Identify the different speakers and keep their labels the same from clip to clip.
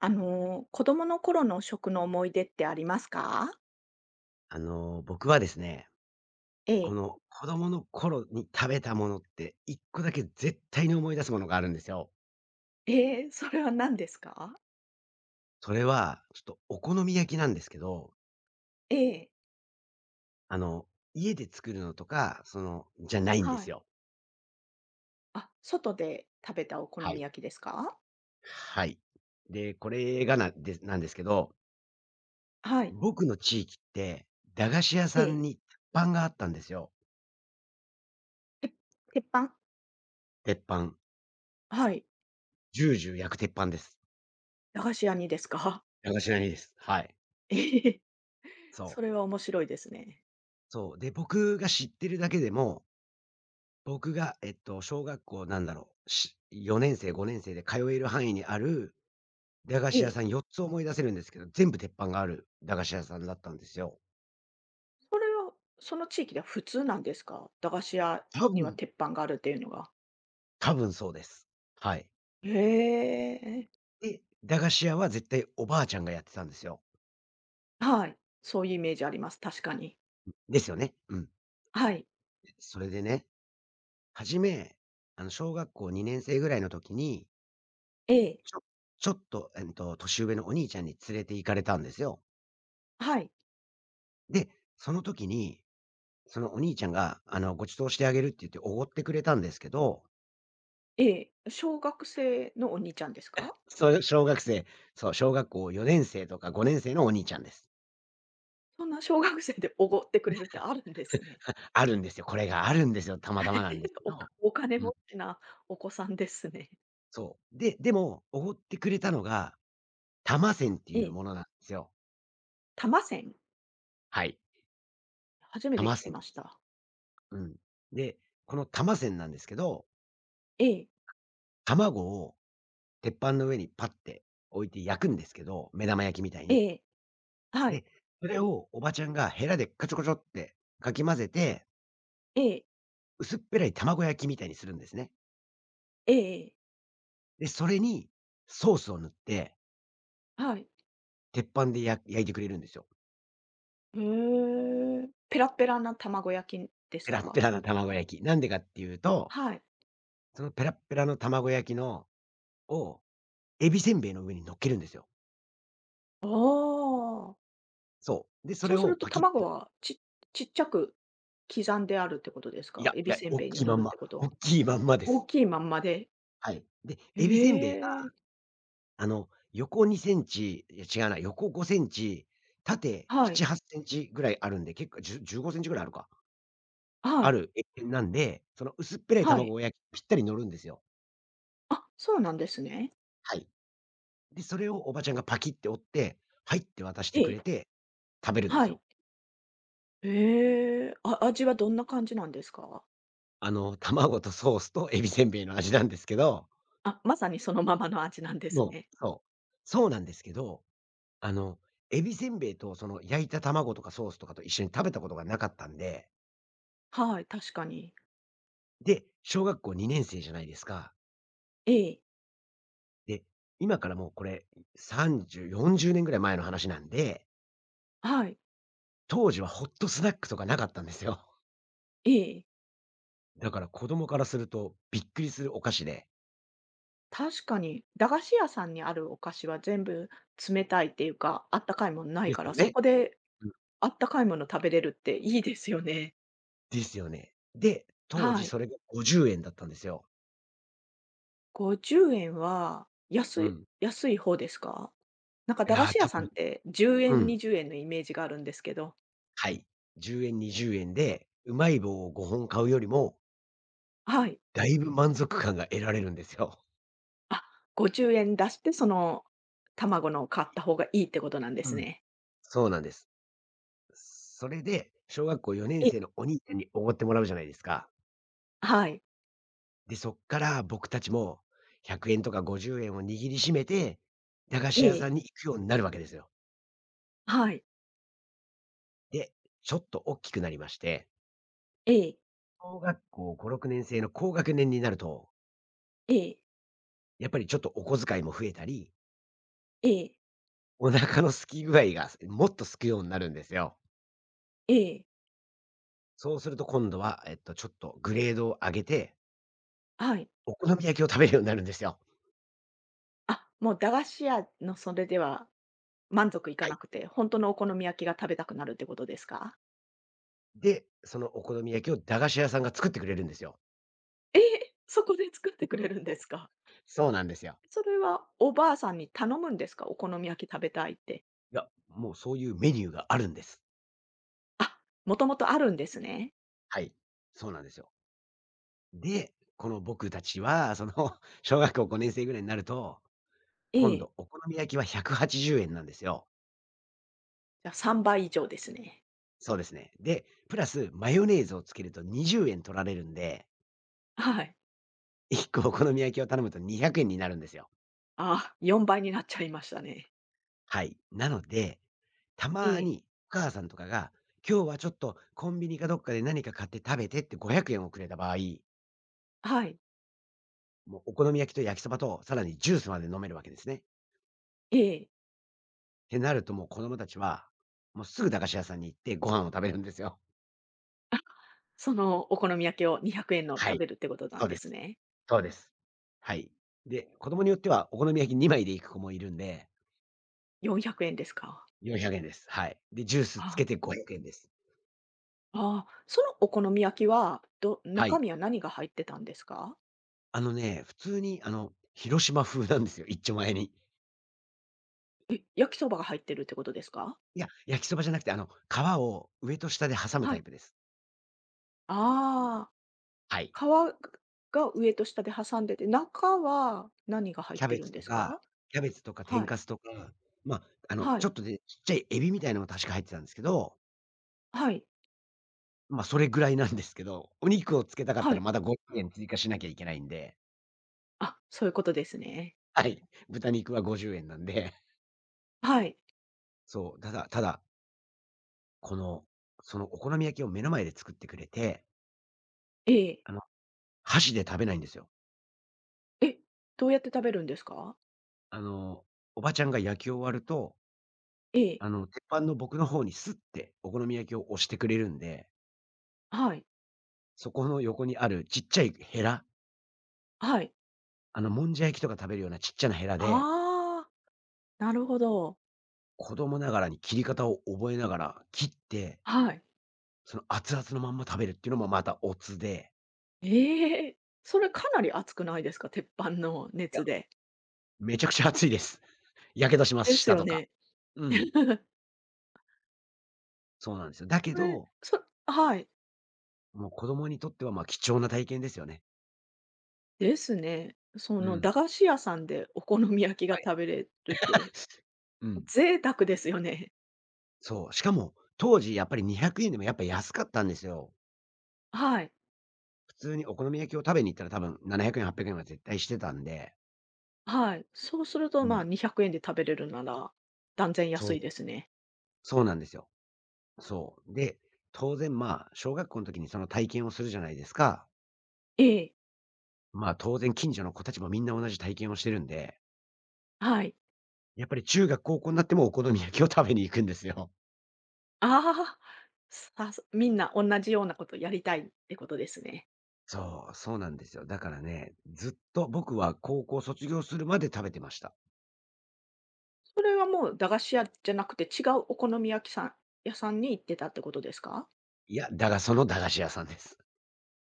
Speaker 1: 子供の頃の食の思い出ってありますか？
Speaker 2: 僕はですね、
Speaker 1: え
Speaker 2: こ
Speaker 1: え。
Speaker 2: の子供の頃に食べたものって一個だけ絶対に思い出すものがあるんですよ。
Speaker 1: ええ、それは何ですか？
Speaker 2: それは、ちょっとお好み焼きなんですけど、
Speaker 1: ええ、
Speaker 2: あの、家で作るのとか、じゃないんで
Speaker 1: は
Speaker 2: す
Speaker 1: い。
Speaker 2: よ。
Speaker 1: あ、外で食べたお好
Speaker 2: は
Speaker 1: み
Speaker 2: い。
Speaker 1: 焼きですか？
Speaker 2: はい。で、これがなでなんですけど、
Speaker 1: はい。
Speaker 2: 僕の地域って、駄菓子屋さ
Speaker 1: ええ。
Speaker 2: んに鉄板があったんですよ。
Speaker 1: て鉄板？
Speaker 2: 鉄板。
Speaker 1: はい。
Speaker 2: ジュージュー焼く鉄板です。
Speaker 1: 駄菓子屋にですか？
Speaker 2: 駄菓子屋にです。はい。
Speaker 1: ええ、
Speaker 2: そ
Speaker 1: そ
Speaker 2: う。
Speaker 1: れは面白いですね。
Speaker 2: そう。で、僕が知ってるだけでも僕が、小学校なんだろう、4年生、5年生で通える範囲にある駄菓
Speaker 1: え
Speaker 2: 子屋
Speaker 1: え。
Speaker 2: さん4つ思い出せるんですけど、全部鉄板がある駄菓子屋さんだったんですよ。
Speaker 1: それは、その地域では普通なんですか？駄菓子屋
Speaker 2: 多
Speaker 1: には
Speaker 2: 分。
Speaker 1: 鉄板があるっていうのが。
Speaker 2: 多分そうです。はい。
Speaker 1: へえ。
Speaker 2: で、駄菓子屋は絶対おばあちゃんがやってたんですよ。
Speaker 1: はい。そういうイメージあります、確かに。
Speaker 2: ですよね。うん。
Speaker 1: はい。
Speaker 2: それでね、初め、小学校2年生ぐらいの時に、
Speaker 1: ええ。
Speaker 2: ちょちょっと、年上のお兄ちゃんに連れて行かれたんですよ。
Speaker 1: はい。
Speaker 2: で、その時にそのお兄ちゃんが、ご馳走してあげるって言っておごってくれたんですけど、
Speaker 1: ええ、小学生のお兄ちゃんですか？
Speaker 2: そういう小学生そう、小学校4年生とか5年生のお兄ちゃんです。
Speaker 1: そんな小学生でおごってくれるってあるんですね。
Speaker 2: あるんですよ。これがあるんですよ、たまたまなんです けど。
Speaker 1: お金
Speaker 2: う
Speaker 1: 持
Speaker 2: ん、
Speaker 1: ちなお子さんですね。
Speaker 2: そう。で、でも、おごってくれたのが、多摩泉って
Speaker 1: え
Speaker 2: いう
Speaker 1: え、
Speaker 2: ものなんですよ。
Speaker 1: 多せん
Speaker 2: はい、
Speaker 1: 初め
Speaker 2: 多
Speaker 1: て
Speaker 2: 摩
Speaker 1: 聞き
Speaker 2: 泉。
Speaker 1: ました。
Speaker 2: うん。で、この多摩泉なんですけど、
Speaker 1: ええ、
Speaker 2: 卵を鉄板の上にパッて置いて焼くんですけど、目玉焼きみたいに。
Speaker 1: ええ、はい、
Speaker 2: で、それをおばちゃんがヘラでカチョカチョってかき混ぜて
Speaker 1: ええ、
Speaker 2: 薄っぺらい卵焼きみたいにするんですね。
Speaker 1: ええええ、はい、ええええ、
Speaker 2: で、それにソースを塗って、
Speaker 1: はい、
Speaker 2: 鉄板でや焼いてくれるんですよ。
Speaker 1: へえ。ペラペラな卵焼きです
Speaker 2: ペラッペ
Speaker 1: か？
Speaker 2: ラな卵焼き。なんでかっていうと、
Speaker 1: はい。
Speaker 2: そのペラッペラの卵焼きのを、エビせんべいの上に乗っけるんですよ。
Speaker 1: ああ、
Speaker 2: そう。で、そ
Speaker 1: そ
Speaker 2: れ
Speaker 1: うす
Speaker 2: を
Speaker 1: ると
Speaker 2: パキッて
Speaker 1: 卵はちっちゃく刻んであるってことです
Speaker 2: い
Speaker 1: か？
Speaker 2: や、
Speaker 1: エ
Speaker 2: い
Speaker 1: ビ
Speaker 2: や、
Speaker 1: せん
Speaker 2: おっ
Speaker 1: べいに
Speaker 2: きい
Speaker 1: 乗
Speaker 2: ま
Speaker 1: る
Speaker 2: ん
Speaker 1: っ
Speaker 2: ま、
Speaker 1: てこと
Speaker 2: お
Speaker 1: は。
Speaker 2: っきいまんまで
Speaker 1: 大
Speaker 2: す。
Speaker 1: きいまんまで。
Speaker 2: はい。で、
Speaker 1: え
Speaker 2: エビせんべいが、
Speaker 1: え、
Speaker 2: 横2センチ、いや、違うな、横5センチ、縦
Speaker 1: はい、
Speaker 2: 7、8センチぐらいあるんで、結構、じゅ15センチぐらいあるか。
Speaker 1: は
Speaker 2: あ
Speaker 1: い、
Speaker 2: るえっんなんで、その薄っぺらい
Speaker 1: は
Speaker 2: 卵
Speaker 1: い。
Speaker 2: がやぴったり乗るんですよ。
Speaker 1: あ、そうなんですね。
Speaker 2: はい。で、それをおばちゃんがパキって折って、はいって渡して
Speaker 1: え
Speaker 2: くれ
Speaker 1: え、
Speaker 2: て、食べるんで
Speaker 1: は
Speaker 2: す
Speaker 1: い。
Speaker 2: よ。
Speaker 1: ええ、あ、味はどんな感じなんですか？
Speaker 2: 卵とソースとエビせんべいの味なんですけど、
Speaker 1: あ、まさにそのままの味なんです
Speaker 2: も
Speaker 1: ね。
Speaker 2: うそう。そうなんですけど、あの、エビせんべいとその焼いた卵とかソースとかと一緒に食べたことがなかったんで、
Speaker 1: はい、確かに。
Speaker 2: で、小学校2年生じゃないですか。
Speaker 1: ええ、
Speaker 2: で、今からもうこれ、30、40年ぐらい前の話なんで、
Speaker 1: はい、
Speaker 2: 当時はホットスナックとかなかったんですよ。
Speaker 1: ええ、
Speaker 2: だから子供からするとびっくりするお菓子で。
Speaker 1: 確かに、駄菓子屋さんにあるお菓子は全部冷たいっていうか、あったかいもんない
Speaker 2: です
Speaker 1: から、
Speaker 2: よ
Speaker 1: そ
Speaker 2: ね。
Speaker 1: こで
Speaker 2: うん。
Speaker 1: あったかいもの食べれるっていいですよね。
Speaker 2: ですよね。で、当
Speaker 1: は
Speaker 2: 時
Speaker 1: い。
Speaker 2: それが50円だったんですよ。
Speaker 1: 50円は安
Speaker 2: う
Speaker 1: い
Speaker 2: ん。
Speaker 1: 安い方ですか？なんか
Speaker 2: い
Speaker 1: 駄菓
Speaker 2: や、
Speaker 1: 子屋
Speaker 2: 多
Speaker 1: さんっ
Speaker 2: 分
Speaker 1: て10
Speaker 2: う
Speaker 1: 円、
Speaker 2: ん。
Speaker 1: 20円のイメージがあるんですけど。
Speaker 2: はい。10円、20円で、うまい棒を5本買うよりも、
Speaker 1: はい。
Speaker 2: だいぶ満足感が得られるんですよ。
Speaker 1: あ、50円出して、その卵のを買った方がいいってことなんで
Speaker 2: う
Speaker 1: す
Speaker 2: ん。
Speaker 1: ね。
Speaker 2: そうなんです。それで、小学校4年
Speaker 1: ええ、
Speaker 2: 生のお兄ちゃんに奢ってもらうじゃないですか。
Speaker 1: はい。
Speaker 2: で、そっから僕たちも100円とか50円を握りしめて、駄菓子
Speaker 1: え
Speaker 2: 屋さ
Speaker 1: え、
Speaker 2: んに行くようになるわけですよ。
Speaker 1: はい。
Speaker 2: で、ちょっと大きくなりまして、
Speaker 1: ええ、
Speaker 2: 小学校5、6年生の高学年になると、
Speaker 1: ええ、
Speaker 2: やっぱりちょっとお小遣いも増えたり、
Speaker 1: ええ、
Speaker 2: お腹の空き具合がもっと空くようになるんですよ。
Speaker 1: ええ、
Speaker 2: そうすると今度は、ちょっとグレードを上げて、
Speaker 1: はい。
Speaker 2: お好み焼きを食べるようになるんですよ。
Speaker 1: あ、もう駄菓子屋のそれでは満足いか
Speaker 2: は
Speaker 1: な
Speaker 2: い。
Speaker 1: くて、ほんとのお好み焼きが食べたくなるってことですか？
Speaker 2: で、そのお好み焼きを駄菓子屋さんが作ってくれるんですよ。
Speaker 1: ええ、そこで作ってくれるんですか？
Speaker 2: そうなんですよ。
Speaker 1: それはおばあさんに頼むんですか？お好み焼き食べたいって。
Speaker 2: いや、もうそういうメニューがあるんです。
Speaker 1: あ、もともとあるんですね。
Speaker 2: はい。そうなんですよ。で、この僕たちは、小学校5年生ぐらいになると
Speaker 1: え
Speaker 2: 今
Speaker 1: え。
Speaker 2: 度、お好み焼きは180円なんですよ。
Speaker 1: じゃ、3倍以上ですね。
Speaker 2: そうですね。で、プラスマヨネーズをつけると20円取られるんで、
Speaker 1: はい。
Speaker 2: 1個お好み焼きを頼むと200円になるんですよ。
Speaker 1: ああ、4倍になっちゃいましたね。
Speaker 2: はい。なので、たま
Speaker 1: ええ。
Speaker 2: にお母さんとかが、今日はちょっとコンビニかどっかで何か買って食べてって500円をくれた場合、
Speaker 1: はい。
Speaker 2: もうお好み焼きと焼きそばと、さらにジュースまで飲めるわけですね。
Speaker 1: ええ。
Speaker 2: ってなるともう子供たちは、もうすぐ駄菓子屋さんに行ってご飯を食べるんですよ。
Speaker 1: そのお好み焼きを200円の
Speaker 2: は
Speaker 1: 食
Speaker 2: い、
Speaker 1: べるってことな
Speaker 2: そ
Speaker 1: ん
Speaker 2: う
Speaker 1: で
Speaker 2: で
Speaker 1: す
Speaker 2: す。
Speaker 1: ね。
Speaker 2: そうです。はい。で、子供によってはお好み焼き2枚で行く子もいるんで、
Speaker 1: 400円ですか。
Speaker 2: 400円です。はい。で、ジュースつ
Speaker 1: あ
Speaker 2: けて500円です。
Speaker 1: あ、ああ、そのお好み焼きは、
Speaker 2: は
Speaker 1: 中
Speaker 2: い。
Speaker 1: 身は何が入ってたんですか？
Speaker 2: 普通に広島風なんですよ、一丁前に。
Speaker 1: え、焼きそばが入ってるってことですか？
Speaker 2: いや、焼きそばじゃなくて、皮を上と下で挟む
Speaker 1: は
Speaker 2: タ
Speaker 1: い。
Speaker 2: イプです。
Speaker 1: ああ。
Speaker 2: はい。
Speaker 1: 皮が上と下で挟んでて、中は何が入っ
Speaker 2: キャ
Speaker 1: て
Speaker 2: ベ
Speaker 1: るん
Speaker 2: ツ
Speaker 1: で
Speaker 2: と
Speaker 1: す
Speaker 2: か
Speaker 1: か？
Speaker 2: キャベツとか
Speaker 1: は
Speaker 2: 天
Speaker 1: い。
Speaker 2: かすとか、まあ、
Speaker 1: は
Speaker 2: ちょ
Speaker 1: い。
Speaker 2: っとでちっちゃいエビみたいなのも確か入ってたんですけど、
Speaker 1: はい。
Speaker 2: まあ、それぐらいなんですけど、お肉をつけたかっ
Speaker 1: は
Speaker 2: たら
Speaker 1: い。
Speaker 2: また500円追加しなきゃいけないんで、
Speaker 1: あ、そういうことですね。
Speaker 2: はい、豚肉は50円なんで。
Speaker 1: はい。
Speaker 2: そう、ただただ、この、そのお好み焼きを目の前で作ってくれて、
Speaker 1: ええ。
Speaker 2: あの、箸で食べないんですよ。
Speaker 1: え、どうやって食べるんですか？
Speaker 2: あの、おばちゃんが焼き終わると、
Speaker 1: ええ。
Speaker 2: 鉄板の僕の方にスッてお好み焼きを押してくれるんで、
Speaker 1: はい。
Speaker 2: そこの横にあるちっちゃいヘラ、
Speaker 1: はい。
Speaker 2: もんじゃ焼きとか食べるようなちっちゃなヘラで、
Speaker 1: ああ、なるほど。
Speaker 2: 子供ながらに切り方を覚えながら切って、
Speaker 1: はい。
Speaker 2: その熱々のまんま食べるっていうのもまたおつで、
Speaker 1: ええ、それかなり熱くないですか？鉄板の
Speaker 2: い
Speaker 1: 熱
Speaker 2: や、
Speaker 1: で。
Speaker 2: めちゃくちゃ熱いです。やけどします、
Speaker 1: です
Speaker 2: 舌
Speaker 1: よ
Speaker 2: とか。
Speaker 1: ね。
Speaker 2: うん、そうなんですよ。だけ
Speaker 1: それ、
Speaker 2: ど
Speaker 1: そはい。
Speaker 2: もう子供にとっては、貴重な体験ですよね。
Speaker 1: ですね。そ
Speaker 2: う
Speaker 1: の
Speaker 2: ん。
Speaker 1: 駄菓子屋さんでお好み焼きが
Speaker 2: はい。
Speaker 1: 食べれるって
Speaker 2: うん。
Speaker 1: 贅沢ですよね。
Speaker 2: そう、しかも、当時やっぱり200円でもやっぱ安かったんですよ。
Speaker 1: はい。
Speaker 2: 普通にお好み焼きを食べに行ったら多分700円、800円は絶対してたんで。
Speaker 1: はい。そうすると、
Speaker 2: う
Speaker 1: まあ、
Speaker 2: ん。
Speaker 1: 2 0 0で食べれるなら、断然
Speaker 2: そ
Speaker 1: 安
Speaker 2: う、
Speaker 1: いですね。
Speaker 2: そうなんですよ。そう。で、当然、まあ、小学校の時にその体験をするじゃないですか。
Speaker 1: ええ、
Speaker 2: まあ、当然近所の子たちもみんな同じ体験をしてるんで、
Speaker 1: はい。
Speaker 2: やっぱり中学、高校になってもお好み焼きを食べに行くんですよ。
Speaker 1: ああ、みんな同じようなことやりたいってことですね。
Speaker 2: そう、そうなんですよ。だからね、ずっと僕は高校卒業するまで食べてました。
Speaker 1: それはもう駄菓子屋じゃなくて、違うお好み焼きさん屋さんに行ってたってことですか？
Speaker 2: いや、だがその駄菓子屋さんです。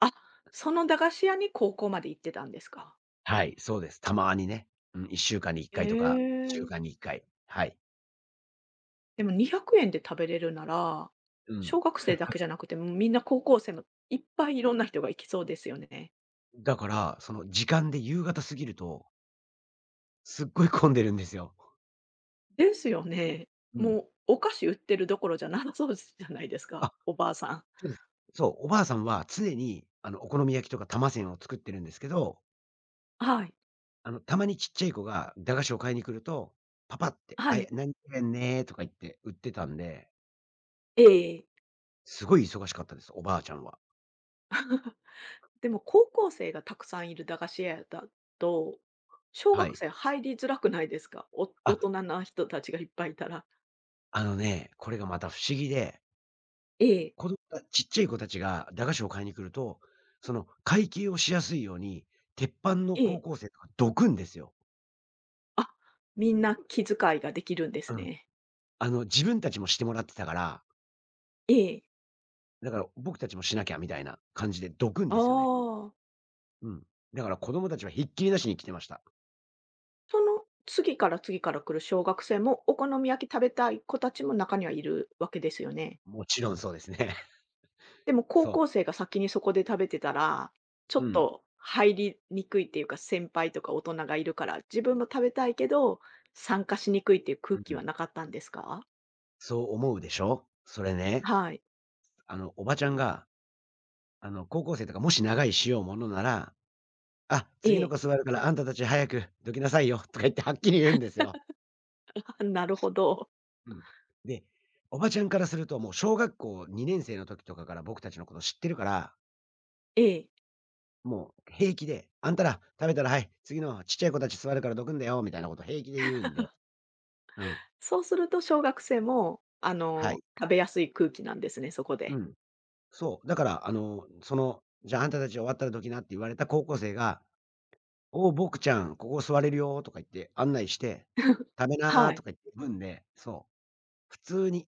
Speaker 1: あ、その駄菓子屋に高校まで行ってたんですか。
Speaker 2: はい、そうです。たまにね。うん、1週間に1
Speaker 1: え
Speaker 2: 回とか、2週
Speaker 1: え。
Speaker 2: 間に1回。はい。
Speaker 1: でも2 0 0で食べれるなら、
Speaker 2: うん。
Speaker 1: 小学生だけじゃ なくて、もうみんな高校生のいっぱいいろんな人が行きそうですよね。
Speaker 2: だから、その時間で夕方過ぎると、すっごい混んでるんですよ。
Speaker 1: ですよね。
Speaker 2: うん。
Speaker 1: もうお菓子売ってるどころじゃなさそうじゃないですか、
Speaker 2: あ、
Speaker 1: おばあさん。
Speaker 2: そうです。そう、おばあさんは常に、お好み焼きとか玉せんを作ってるんですけど、
Speaker 1: はい。
Speaker 2: たまにちっちゃい子が駄菓子を買いに来ると、パパって、
Speaker 1: は
Speaker 2: あ、い
Speaker 1: い。
Speaker 2: 何々ねとか言って売ってたんで、
Speaker 1: ええ。
Speaker 2: すごい忙しかったです、おばあちゃんは。
Speaker 1: でも高校生がたくさんいる駄菓子屋だと、小
Speaker 2: は
Speaker 1: 学
Speaker 2: い。
Speaker 1: 生入りづらくないですか？大
Speaker 2: あ、
Speaker 1: 人な人たちがいっぱいいたら。
Speaker 2: これがまた不思議で、
Speaker 1: ええ、
Speaker 2: 子供たち、ちっちゃい子たちが駄菓子を買いに来ると、その会計をしやすいように、鉄板の
Speaker 1: え
Speaker 2: 高
Speaker 1: え。
Speaker 2: 校生とかどくんですよ。
Speaker 1: あ、みんな気遣いができるんです
Speaker 2: うん。
Speaker 1: ね。
Speaker 2: 自分たちもしてもらってたから、
Speaker 1: ええ。
Speaker 2: だから僕たちもしなきゃみたいな感じでどくん
Speaker 1: あ
Speaker 2: ですよね。
Speaker 1: あー。
Speaker 2: うん。だから子供たちはひっきりなしに来てました。
Speaker 1: その次から次から来る小学生も、お好み焼き食べたい子たちも中にはいるわけですよね？
Speaker 2: もちろんそうですね。
Speaker 1: でも高
Speaker 2: そ
Speaker 1: 校生が先にそこで食べてたら、ちょ
Speaker 2: う。う
Speaker 1: っ
Speaker 2: ん。
Speaker 1: と入りにくいっていうか、先輩とか大人がいるから、自分も食べたいけど、参加しにくいっていう空
Speaker 2: う
Speaker 1: 気は
Speaker 2: ん。
Speaker 1: なかったんですか？
Speaker 2: そう思うでしょ？それね、
Speaker 1: はい。
Speaker 2: おばちゃんが、高校生とかもし長いしようものなら、「あ、
Speaker 1: え
Speaker 2: 次の
Speaker 1: え。
Speaker 2: 子座るからあんたたち早くどきなさいよ」とか言ってはっきり言うんですよ。
Speaker 1: あ、なるほど。
Speaker 2: うん。で、おばちゃんからすると、もう小学校2年生の時とかから僕たちのこと知ってるから、
Speaker 1: ええ。
Speaker 2: もう平気で、あんたら食べたらはい、次のちっちゃい子たち座るからどくんだよみたいなこと平気で言うんで。うん。
Speaker 1: そうすると小学生も、
Speaker 2: はい。
Speaker 1: 食べやすい空気なんですね、そこ
Speaker 2: う
Speaker 1: で。
Speaker 2: ん。そう。だから、じゃああんたたち終わったらどきなって言われた高校生が、おお、僕ちゃん、ここ座れるよとか言って案内して、食べな
Speaker 1: は
Speaker 2: ー
Speaker 1: い。
Speaker 2: とか言って呼んで、そう。普通に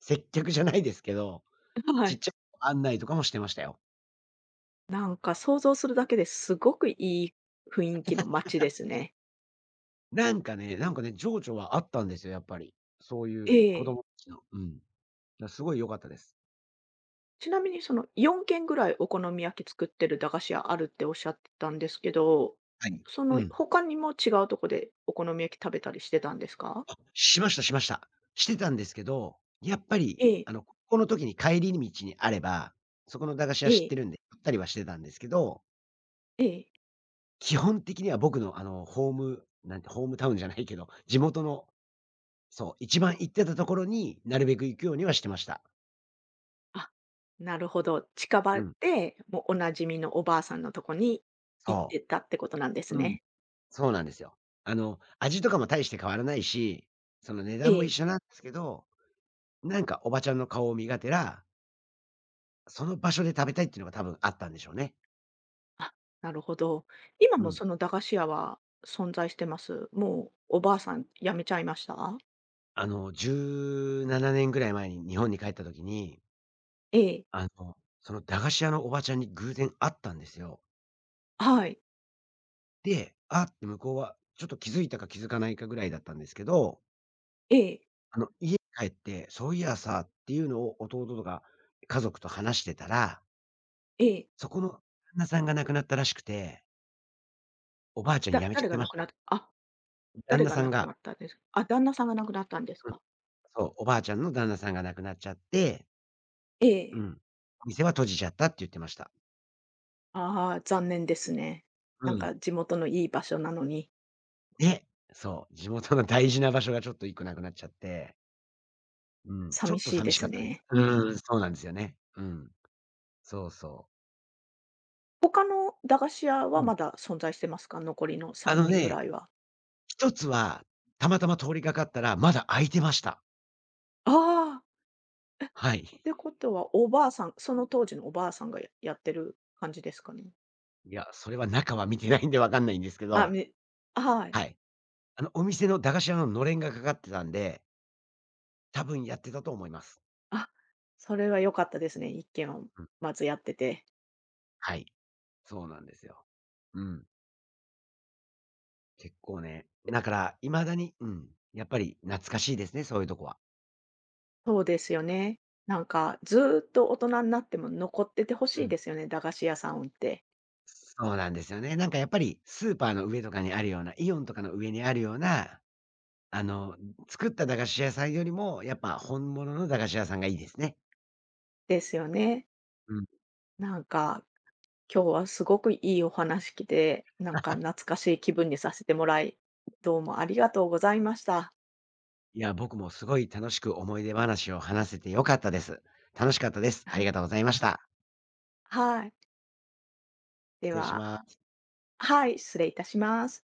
Speaker 2: 接客じゃないですけど、
Speaker 1: は
Speaker 2: ちっ
Speaker 1: い。
Speaker 2: ちゃい子案内とかもしてましたよ。
Speaker 1: なんか想像するだけですごくいい雰囲気の街ですね。
Speaker 2: なんかね、情緒はあったんですよ、やっぱり。そうい
Speaker 1: え
Speaker 2: う子
Speaker 1: え。
Speaker 2: 供たちの。うん。だ、すごい良かったです。
Speaker 1: ちなみにその4軒ぐらいお好み焼き作ってる駄菓子屋あるっておっしゃってたんですけど、
Speaker 2: はい。
Speaker 1: そ
Speaker 2: う
Speaker 1: の
Speaker 2: ん。
Speaker 1: 他にも違うとこでお好み焼き食べたりしてたんですか？
Speaker 2: しましたしました。してたんですけど、やっぱ
Speaker 1: え
Speaker 2: り、
Speaker 1: え、
Speaker 2: 高校の時に帰り道にあれば、そこの駄菓子
Speaker 1: え
Speaker 2: 屋知って
Speaker 1: え、
Speaker 2: るんで、買ったりはしてたんですけど、
Speaker 1: ええ。
Speaker 2: 基本的には僕の、ホームなんて、ホームタウンじゃないけど、地元の、そう、一番行ってたところに、なるべく行くようにはしてました。
Speaker 1: あ、なるほど。近
Speaker 2: う
Speaker 1: 場
Speaker 2: ん。
Speaker 1: で、もうおなじみのおばあさんのとこに行っ
Speaker 2: そ
Speaker 1: てたってことなんです
Speaker 2: う。うん。
Speaker 1: ね。
Speaker 2: そうなんですよ。味とかも大して変わらないし、その値段も
Speaker 1: え
Speaker 2: 一緒
Speaker 1: え。
Speaker 2: なんですけど、なんかおばちゃんの顔を見がてら、その場所で食べたいっていうのが多分あったんでしょうね。
Speaker 1: あ、なるほど。今
Speaker 2: う
Speaker 1: も
Speaker 2: ん。
Speaker 1: その駄菓子屋は存在してます？もうおばあさん辞めちゃいました？
Speaker 2: 17年ぐらい前に日本に帰った時に、
Speaker 1: ええ、
Speaker 2: その駄菓子屋のおばちゃんに偶然会ったんですよ。
Speaker 1: はい。
Speaker 2: で、あって向こうはちょっと気づいたか気づかないかぐらいだったんですけど、
Speaker 1: ええ、
Speaker 2: 家に帰って、そういやさっていうのを弟とか家族と話してたら、
Speaker 1: ええ。
Speaker 2: そこの旦那さんが亡くなったらしくて、おば
Speaker 1: あ、
Speaker 2: あちゃん
Speaker 1: だ
Speaker 2: 辞めちゃ
Speaker 1: 誰
Speaker 2: って
Speaker 1: が
Speaker 2: ま
Speaker 1: 亡
Speaker 2: し
Speaker 1: くなっ
Speaker 2: た。
Speaker 1: たあ
Speaker 2: 旦
Speaker 1: 誰
Speaker 2: 那
Speaker 1: が
Speaker 2: さん
Speaker 1: 亡く
Speaker 2: が、
Speaker 1: なったんですか。旦那さんが亡くなったんです
Speaker 2: うん、
Speaker 1: か？
Speaker 2: そう、おばあちゃんの旦那さんが亡くなっちゃって、
Speaker 1: え
Speaker 2: う
Speaker 1: え。
Speaker 2: ん、お店は閉じちゃったって言ってました。
Speaker 1: ああ、残念ですね。
Speaker 2: う
Speaker 1: なん
Speaker 2: ん。
Speaker 1: か地元のいい場所なのに、
Speaker 2: で、そう、地元の大事な場所がちょっと1個なくなっちゃって、うん、ちょ
Speaker 1: 寂
Speaker 2: っと
Speaker 1: しい
Speaker 2: 寂
Speaker 1: で
Speaker 2: しか
Speaker 1: す
Speaker 2: ったで
Speaker 1: ね。
Speaker 2: す。うーん、そうなんですよね。うん、そうそう。
Speaker 1: 他の駄菓子屋
Speaker 2: う
Speaker 1: はま
Speaker 2: ん。
Speaker 1: だ存在してますか？残りの
Speaker 2: あの
Speaker 1: 3軒ぐ
Speaker 2: ね、
Speaker 1: らいは。
Speaker 2: 1つは、たまたま通りかかったらまだ開いてました。
Speaker 1: ああ、っ
Speaker 2: はい。
Speaker 1: てことはおばあさんその当時のおばあさんがやってる感じですかね？
Speaker 2: いや、それは中は見てないんでわかんないんですけ
Speaker 1: あ、
Speaker 2: ど、
Speaker 1: はい。
Speaker 2: はい。お店の駄菓子屋ののれんがかかってたんで、多分やってたと思います。
Speaker 1: あ、それは良かったですね。1軒は
Speaker 2: うん。
Speaker 1: まずやってて。
Speaker 2: はい。そうなんですよ。うん。結構ね、だから未だに、うん、やっぱり懐かしいですね、そういうとこは。
Speaker 1: そうですよね。なんか、ずーっと大人になっても残ってて欲
Speaker 2: う
Speaker 1: しい
Speaker 2: ん。
Speaker 1: ですよね、駄菓子屋さんって。
Speaker 2: そうなんですよね。なんかやっぱりスーパーの上とかにあるような、イオンとかの上にあるような、あの、作った駄菓子屋さんよりも、やっぱ本物の駄菓子屋さんがいいですね。
Speaker 1: ですよね。
Speaker 2: うん。
Speaker 1: なんか、今日はすごくいいお話きて、なんか懐かしい気分にさせてもらい、どうもありがとうございました。
Speaker 2: いや、僕もすごい楽しく思い出話を話せてよかったです。楽しかったです。ありがとうございました。
Speaker 1: はい。で
Speaker 2: 失礼し
Speaker 1: は。
Speaker 2: ます。
Speaker 1: はい、失礼いたします。